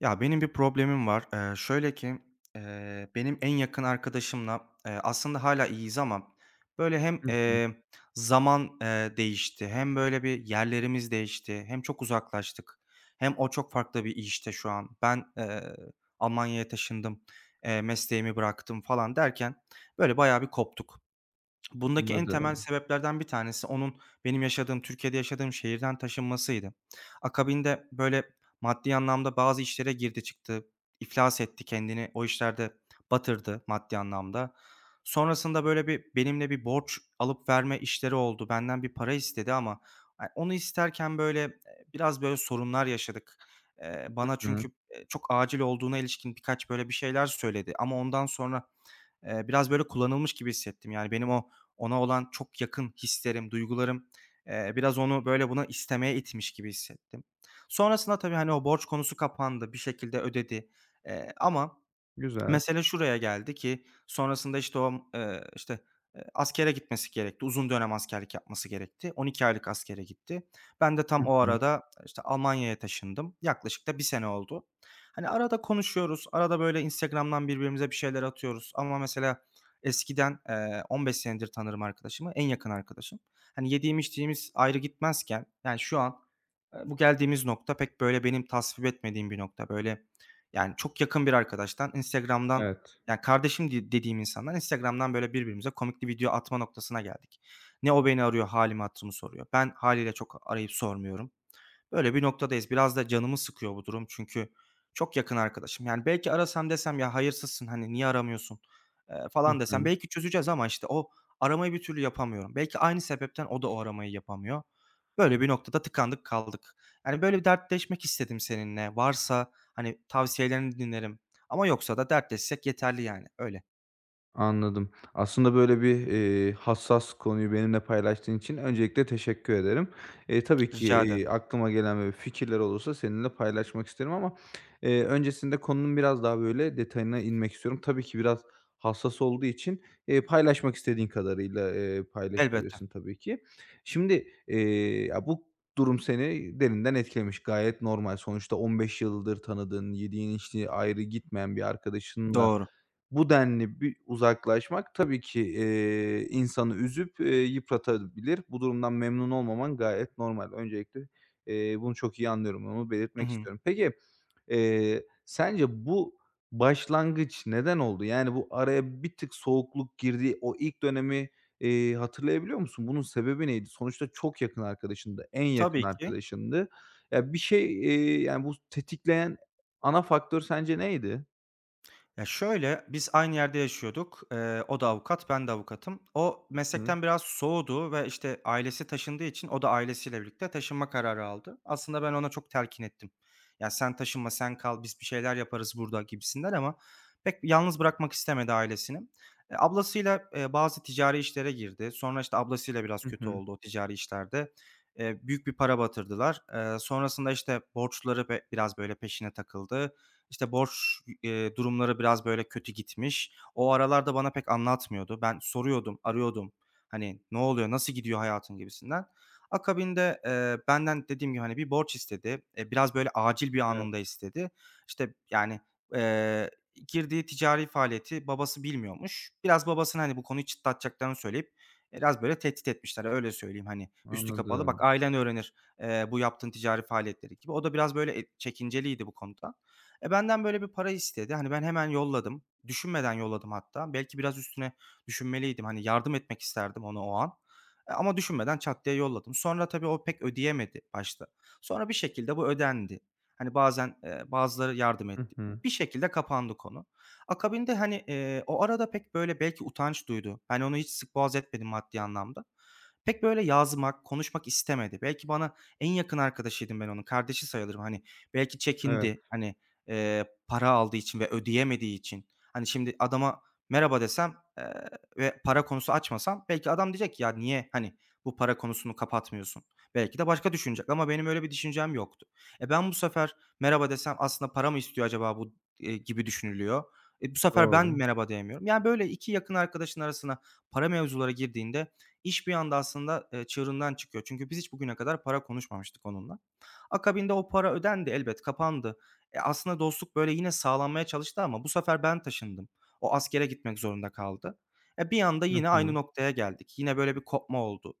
Ya, benim bir problemim var. Şöyle ki, benim en yakın arkadaşımla, aslında hala iyiyiz ama böyle hem, Hı hı. eee, zaman değişti, hem böyle bir yerlerimiz değişti, hem çok uzaklaştık, hem o çok farklı bir işte şu an. Ben Almanya'ya taşındım, mesleğimi bıraktım falan derken böyle bayağı bir koptuk. Bundaki en temel Anladım. sebeplerden bir tanesi onun benim yaşadığım, Türkiye'de yaşadığım şehirden taşınmasıydı. Akabinde, böyle, maddi anlamda bazı işlere girdi çıktı, iflas etti kendini, o işlerde batırdı maddi anlamda. Sonrasında, böyle, bir benimle bir borç alıp verme işleri oldu. Benden bir para istedi ama, onu isterken, böyle, biraz, böyle, sorunlar yaşadık. Bana Hı hı. çünkü, çok acil olduğuna ilişkin birkaç, böyle, bir şeyler söyledi ama ondan sonra biraz böyle kullanılmış gibi hissettim. Yani benim o ona olan çok yakın hislerim, duygularım, biraz onu böyle buna istemeye itmiş gibi hissettim. Sonrasında tabii, hani, o borç konusu kapandı, bir şekilde ödedi, ama... Güzel. Mesele şuraya geldi ki sonrasında, işte, o, askere gitmesi gerekti. Uzun dönem askerlik yapması gerekti. 12 aylık askere gitti. Ben de Hı tam o hı. arada, işte, Almanya'ya taşındım. Yaklaşık da bir sene oldu. Hani, arada konuşuyoruz. Arada, böyle, Instagram'dan birbirimize bir şeyler atıyoruz ama mesela eskiden, 15 senedir tanırım arkadaşımı, en yakın arkadaşım. Hani, yediğim içtiğimiz ayrı gitmezken, yani, şu an, bu geldiğimiz nokta pek, böyle, benim tasvip etmediğim bir nokta. Böyle yani, çok yakın bir arkadaştan, Instagram'dan, Evet. yani, kardeşim di dediğim insandan Instagram'dan, böyle, birbirimize komikli video atma noktasına geldik. Ne o beni arıyor, hâlimi hatırımı soruyor. Ben hâliyle çok arayıp sormuyorum. Böyle bir noktadayız. Biraz da canımı sıkıyor bu durum çünkü çok yakın arkadaşım. Yani belki arasam desem ya hayırsızsın hani niye aramıyorsun, Hı falan desem hı. belki çözeceğiz ama işte o aramayı bir türlü yapamıyorum. Belki aynı sebepten o da o aramayı yapamıyor. Böyle bir noktada tıkandık kaldık. Yani böyle bir dertleşmek istedim seninle. Varsa hani tavsiyelerini dinlerim ama yoksa da dertleşsek yeterli yani öyle. Anladım. Aslında böyle bir, hassas konuyu benimle paylaştığın için öncelikle teşekkür ederim. Tabii ki, Rica ederim. Aklıma gelen böyle fikirler olursa seninle paylaşmak isterim ama, öncesinde konunun biraz daha böyle detayına inmek istiyorum. Tabii ki biraz hassas olduğu için, paylaşmak istediğin kadarıyla, Elbette. paylaşabilirsin tabii ki. Şimdi, ya, bu durum seni derinden etkilemiş. Gayet normal. Sonuçta 15 yıldır tanıdığın, yediğin içtiği ayrı gitmeyen bir arkadaşınla Doğru. bu denli bir uzaklaşmak tabii ki, insanı üzüp, yıpratabilir. Bu durumdan memnun olmaman gayet normal. Öncelikle, bunu çok iyi anlıyorum, onu Hı belirtmek hı. istiyorum. Peki, sence bu başlangıç neden oldu? Yani, bu araya bir tık soğukluk girdiği o ilk dönemi, hatırlayabiliyor musun? Bunun sebebi neydi? Sonuçta çok yakın arkadaşındı, en yakın Tabii ki. arkadaşındı. Ya, bir şey, yani, bu tetikleyen ana faktör sence neydi? Ya, şöyle, biz aynı yerde yaşıyorduk. O da avukat, ben de avukatım. O Hı. meslekten biraz soğudu ve, işte, ailesi taşındığı için o da ailesiyle birlikte taşınma kararı aldı. Aslında ben ona çok telkin ettim. "Ya, sen taşınma, sen kal, biz bir şeyler yaparız burada." gibisinden ama pek yalnız bırakmak istemedi ailesini. E, ablasıyla, bazı ticari işlere girdi. Sonra, işte, ablasıyla biraz Hı hı. kötü Hı. oldu o ticari işlerde. Büyük bir para batırdılar. Sonrasında, işte, borçları biraz, böyle, peşine takıldı. İşte borç, durumları biraz böyle kötü gitmiş. O aralarda bana pek anlatmıyordu. Ben soruyordum, arıyordum. Hani, "Ne oluyor, nasıl gidiyor hayatın?" gibisinden. Akabinde, benden dediğim gibi, hani, bir borç istedi. E, biraz böyle acil bir Evet. anında istedi. İşte, yani, eee, girdiği ticari faaliyeti babası bilmiyormuş. Biraz babasını, hani, bu konuyu çıtlatacaklarını söyleyip e, biraz böyle tehdit etmişler, öyle söyleyeyim, hani, üstü kapalı. "Bak, Anladım. ailen öğrenir, bu yaptığın ticari faaliyetleri." gibi. O da biraz böyle e çekinceliydi bu konuda. E, benden böyle bir para istedi. Hani ben hemen yolladım. Düşünmeden yolladım hatta. Belki biraz üstüne düşünmeliydim. Hani yardım etmek isterdim ona o an. E, ama düşünmeden çat diye yolladım. Sonra tabii o pek ödeyemedi başta. Sonra bir şekilde bu ödendi. Hani bazen e, bazıları yardım Hı etti. hı. Bir şekilde kapandı konu. Akabinde hani e, o arada pek böyle belki utanç duydu. Hani onu hiç sık boğaz etmedim maddi anlamda. Pek böyle yazmak, konuşmak istemedi. Belki bana en yakın arkadaşıydım ben onun. Kardeşi sayılırım. Hani belki Evet, çekindi. Hani... Para aldığı için ve ödeyemediği için. Hani, şimdi adama merhaba desem, ve para konusu açmasam belki adam diyecek ki, "Ya, niye, hani, bu para konusunu kapatmıyorsun?" Belki de başka düşünecek ama benim öyle bir düşüncem yoktu. E, ben bu sefer merhaba desem aslında para mı istiyor acaba bu, gibi düşünülüyor. E, bu sefer ben doğru. merhaba diyemiyorum. Yani, böyle 2 yakın arkadaşın arasına para mevzuları girdiğinde iş bir anda aslında, çığırından çıkıyor. Çünkü biz hiç bugüne kadar para konuşmamıştık onunla. Akabinde o para ödendi elbet, kapandı. E, aslında dostluk böyle yine sağlanmaya çalıştı ama bu sefer ben taşındım. O askere gitmek zorunda kaldı. E, bir anda Hı yine aynı hı. noktaya geldik. Yine böyle bir kopma oldu.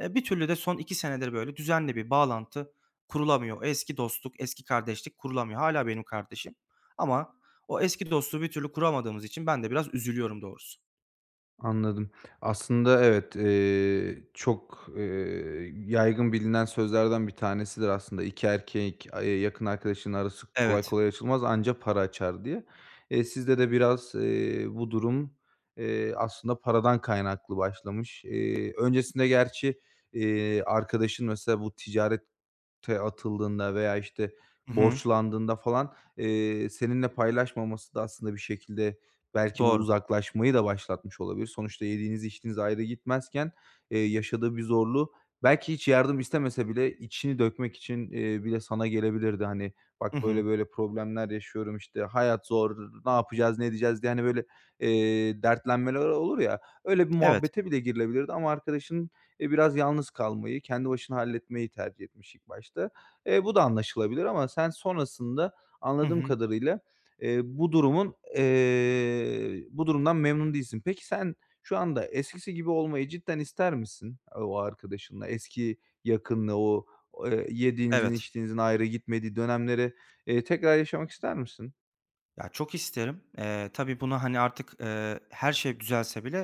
E, bir türlü de son 2 senedir böyle düzenli bir bağlantı kurulamıyor. O eski dostluk, eski kardeşlik kurulamıyor. Hala benim kardeşim ama o eski dostluğu bir türlü kuramadığımız için ben de biraz üzülüyorum doğrusu. Anladım. Aslında evet, çok, yaygın bilinen sözlerden bir tanesidir aslında. "İki erkek, yakın arkadaşın arası kolay Evet. kolay açılmaz, anca para açar." diye. Sizde de biraz, bu durum, aslında paradan kaynaklı başlamış. Öncesinde gerçi, arkadaşın mesela bu ticaret te atıldığında veya, işte, Hı hı. borçlandığında falan, seninle paylaşmaması da aslında bir şekilde belki bu Doğru. uzaklaşmayı da başlatmış olabilir. Sonuçta yediğiniz içtiğiniz ayrı gitmezken, yaşadığı bir zorluğu belki hiç yardım istemese bile içini dökmek için, bile sana gelebilirdi. Hani, "Bak, Hı hı. böyle böyle problemler yaşıyorum, işte, hayat zor, ne yapacağız, ne edeceğiz?" diye, hani, böyle, dertlenmeler olur ya, öyle bir Evet. muhabbete bile girilebilirdi ama arkadaşın biraz yalnız kalmayı, kendi başına halletmeyi tercih etmiş ilk başta. Bu da anlaşılabilir ama sen sonrasında Hı anladığım hı. kadarıyla, bu durumdan memnun değilsin. Peki sen şu anda eskisi gibi olmayı cidden ister misin? O arkadaşınla eski yakınlığı, o, yediğinizin, Evet. içtiğinizin ayrı gitmediği dönemleri, tekrar yaşamak ister misin? Ya, çok isterim. Tabii buna, hani, artık, her şey düzelse bile,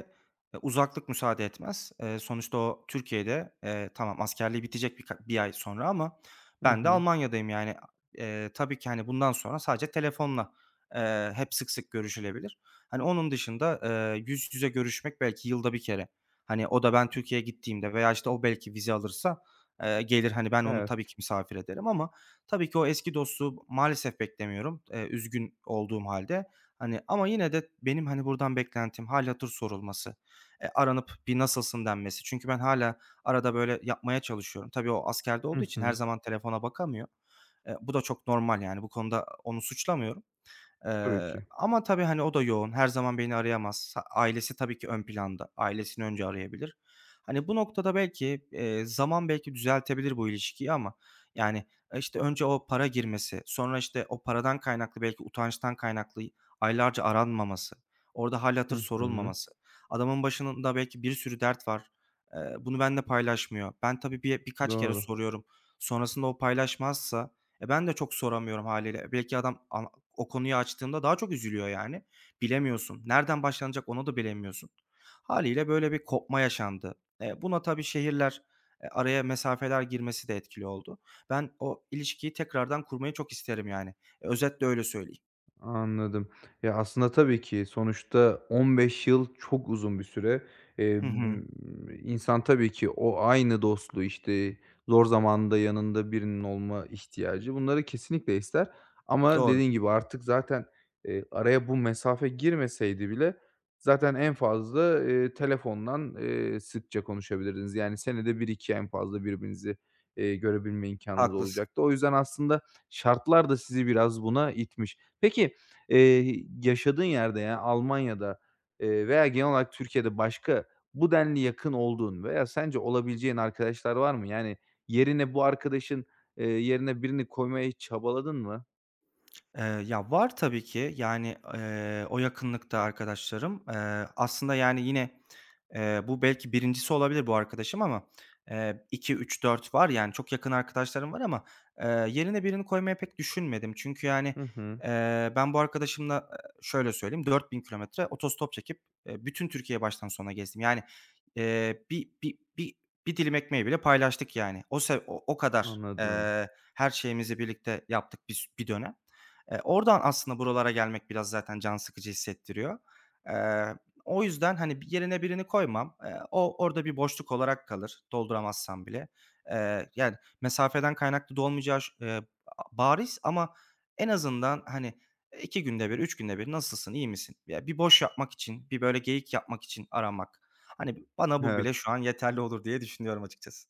uzaklık müsaade etmez. Sonuçta o Türkiye'de, tamam askerliği bitecek bir 1 ay sonra ama Hı ben de hı. Almanya'dayım yani. Tabii ki, hani, bundan sonra sadece telefonla, hep sık sık görüşülebilir. Hani, onun dışında, yüz yüze görüşmek belki yılda bir kere. Hani, o da ben Türkiye'ye gittiğimde veya, işte, o belki vize alırsa, gelir, hani, ben onu Evet. tabii ki misafir ederim ama... Tabii ki o eski dostu maalesef beklemiyorum, üzgün olduğum halde. Hani, ama yine de benim, hani, buradan beklentim hâlihazır sorulması, aranıp bir nasılsın denmesi. Çünkü ben hâlâ arada böyle yapmaya çalışıyorum. Tabii o askerde olduğu Hı için her hı. zaman telefona bakamıyor. Bu da çok normal yani bu konuda onu suçlamıyorum. Tabii ki. Ama tabii, hani, o da yoğun. Her zaman beni arayamaz. Ha ailesi tabii ki ön planda. Ailesini önce arayabilir. Hani, bu noktada belki, zaman belki düzeltebilir bu ilişkiyi ama, yani, e, işte, önce o para girmesi, sonra, işte, o paradan kaynaklı belki utançtan kaynaklı aylarca aranmaması, orada hâl hatır Hı hı. sorulmaması, adamın başında belki bir sürü dert var. Bunu benimle paylaşmıyor. Ben tabii birkaç kere Doğru. soruyorum. Sonrasında o paylaşmazsa, e, ben de çok soramıyorum haliyle. Belki adam o konuyu açtığımda daha çok üzülüyor yani. Bilemiyorsun. Nereden başlanacak onu da bilemiyorsun. Haliyle böyle bir kopma yaşandı. Buna tabii şehirler, araya mesafeler girmesi de etkili oldu. Ben o ilişkiyi tekrardan kurmayı çok isterim yani. E, özetle öyle söyleyeyim. Anladım. Ya, aslında tabii ki sonuçta 15 yıl çok uzun bir süre. Hı hı. Emm, insan tabii ki o aynı dostluğu, işte, zor zamanında yanında birinin olma ihtiyacı bunları kesinlikle ister ama Doğru. dediğin gibi artık zaten, araya bu mesafe girmeseydi bile zaten en fazla, telefondan, sıkça konuşabilirdiniz. Yani senede bir iki en fazla birbirinizi, görebilme imkanınız Haklısın. olacaktı. O yüzden aslında şartlar da sizi biraz buna itmiş. Peki, yaşadığın yerde, yani, Almanya'da, veya genel olarak Türkiye'de başka bu denli yakın olduğun veya sence olabileceğin arkadaşlar var mı? Yani, yerine bu arkadaşın, yerine birini koymaya hiç çabaladın mı? Ya, var tabii ki. Yani, o yakınlıkta arkadaşlarım. Aslında yani yine... Bu belki birincisi olabilir bu arkadaşım ama, 2, 3, 4 var yani çok yakın arkadaşlarım var ama, yerine birini koymaya pek düşünmedim. Çünkü yani, Hı hı, ben bu arkadaşımla, şöyle söyleyeyim, 4.000 kilometre otostop çekip, bütün Türkiye'yi baştan sona gezdim. Yani, eee, bir bir bir bir dilim ekmeği bile paylaştık yani. O se o o kadar, anladım. Her şeyimizi birlikte yaptık bir dönem. Oradan aslında buralara gelmek biraz zaten can sıkıcı hissettiriyor. O yüzden, hani, yerine birini koymam. O orada bir boşluk olarak kalır dolduramazsam bile. Yani, mesafeden kaynaklı da olmayacağı ş bariz ama en azından, hani, 2 günde bir, 3 günde bir "Nasılsın, iyi misin?" Ya, bir boş yapmak için, bir böyle geyik yapmak için aramak. Hani, bana bu Evet. bile şu an yeterli olur diye düşünüyorum açıkçası.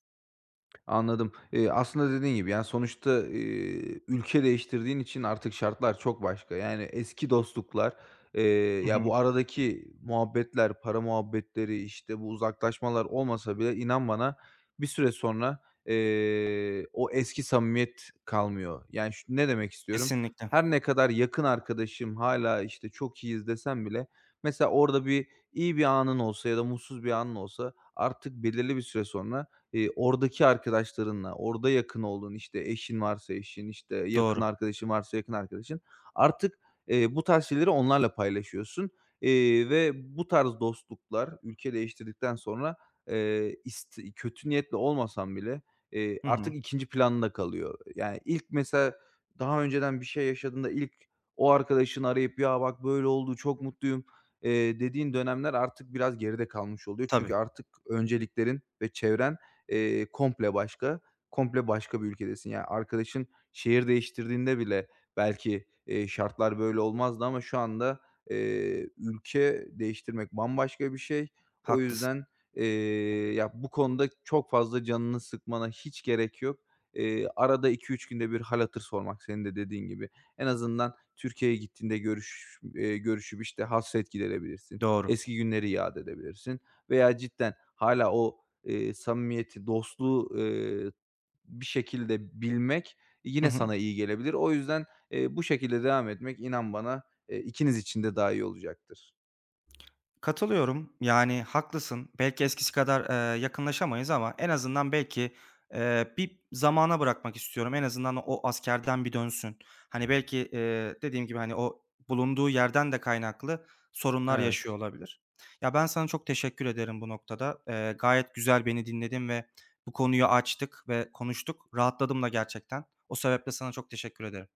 Anladım. Aslında dediğin gibi, yani, sonuçta, ülke değiştirdiğin için artık şartlar çok başka. Yani, eski dostluklar, eee, Hı ya, hı. bu aradaki muhabbetler, para muhabbetleri, işte, bu uzaklaşmalar olmasa bile inan bana bir süre sonra, o eski samimiyet kalmıyor. Yani, ne demek istiyorum? Kesinlikle. Her ne kadar yakın arkadaşım hala işte, çok iyiyiz desem bile mesela orada bir iyi bir anın olsa ya da mutsuz bir anın olsa artık belirli bir süre sonra oradaki arkadaşlarınla, orada yakın olduğun, işte, eşin varsa eşin, işte, yakın Doğru. arkadaşın varsa yakın arkadaşın artık, bu tarz şeyleri onlarla paylaşıyorsun, ve bu tarz dostluklar ülke değiştirdikten sonra, ist kötü niyetli olmasam bile, Hı hı. artık ikinci planda kalıyor. Yani, ilk mesela daha önceden bir şey yaşadığında ilk o arkadaşını arayıp "Ya, bak böyle oldu, çok mutluyum." Dediğin dönemler artık biraz geride kalmış oluyor. Tabii, Çünkü artık önceliklerin ve çevren komple başka, komple başka bir ülkedesin. Yani arkadaşın şehir değiştirdiğinde bile belki, şartlar böyle olmazdı ama şu anda, ülke değiştirmek bambaşka bir şey. O haklısın. yüzden, eee, ya, bu konuda çok fazla canını sıkmana hiç gerek yok. Arada iki üç günde bir hâl hatır sormak senin de dediğin gibi. En azından Türkiye'ye gittiğinde görüşüp, işte, hasret giderebilirsin. Doğru. Eski günleri yad edebilirsin veya cidden hala o samimiyeti, dostluğu, bir şekilde bilmek Hı yine hı. sana iyi gelebilir. O yüzden, bu şekilde devam etmek inan bana, ikiniz için de daha iyi olacaktır. Katılıyorum. Yani haklısın. Belki eskisi kadar, yakınlaşamayız ama en azından belki, bir zamana bırakmak istiyorum. En azından o askerden bir dönsün. Hani, belki, dediğim gibi, hani, o bulunduğu yerden de kaynaklı sorunlar yaşıyor Evet, olabilir. Ya, ben sana çok teşekkür ederim bu noktada. Gayet güzel beni dinledin ve bu konuyu açtık ve konuştuk. Rahatladım da gerçekten. O sebeple sana çok teşekkür ederim.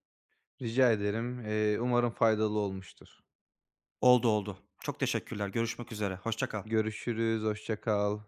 rica ederim. Umarım faydalı olmuştur. Oldu, oldu. Çok teşekkürler. Görüşmek üzere. Hoşça kal. Görüşürüz, hoşça kal.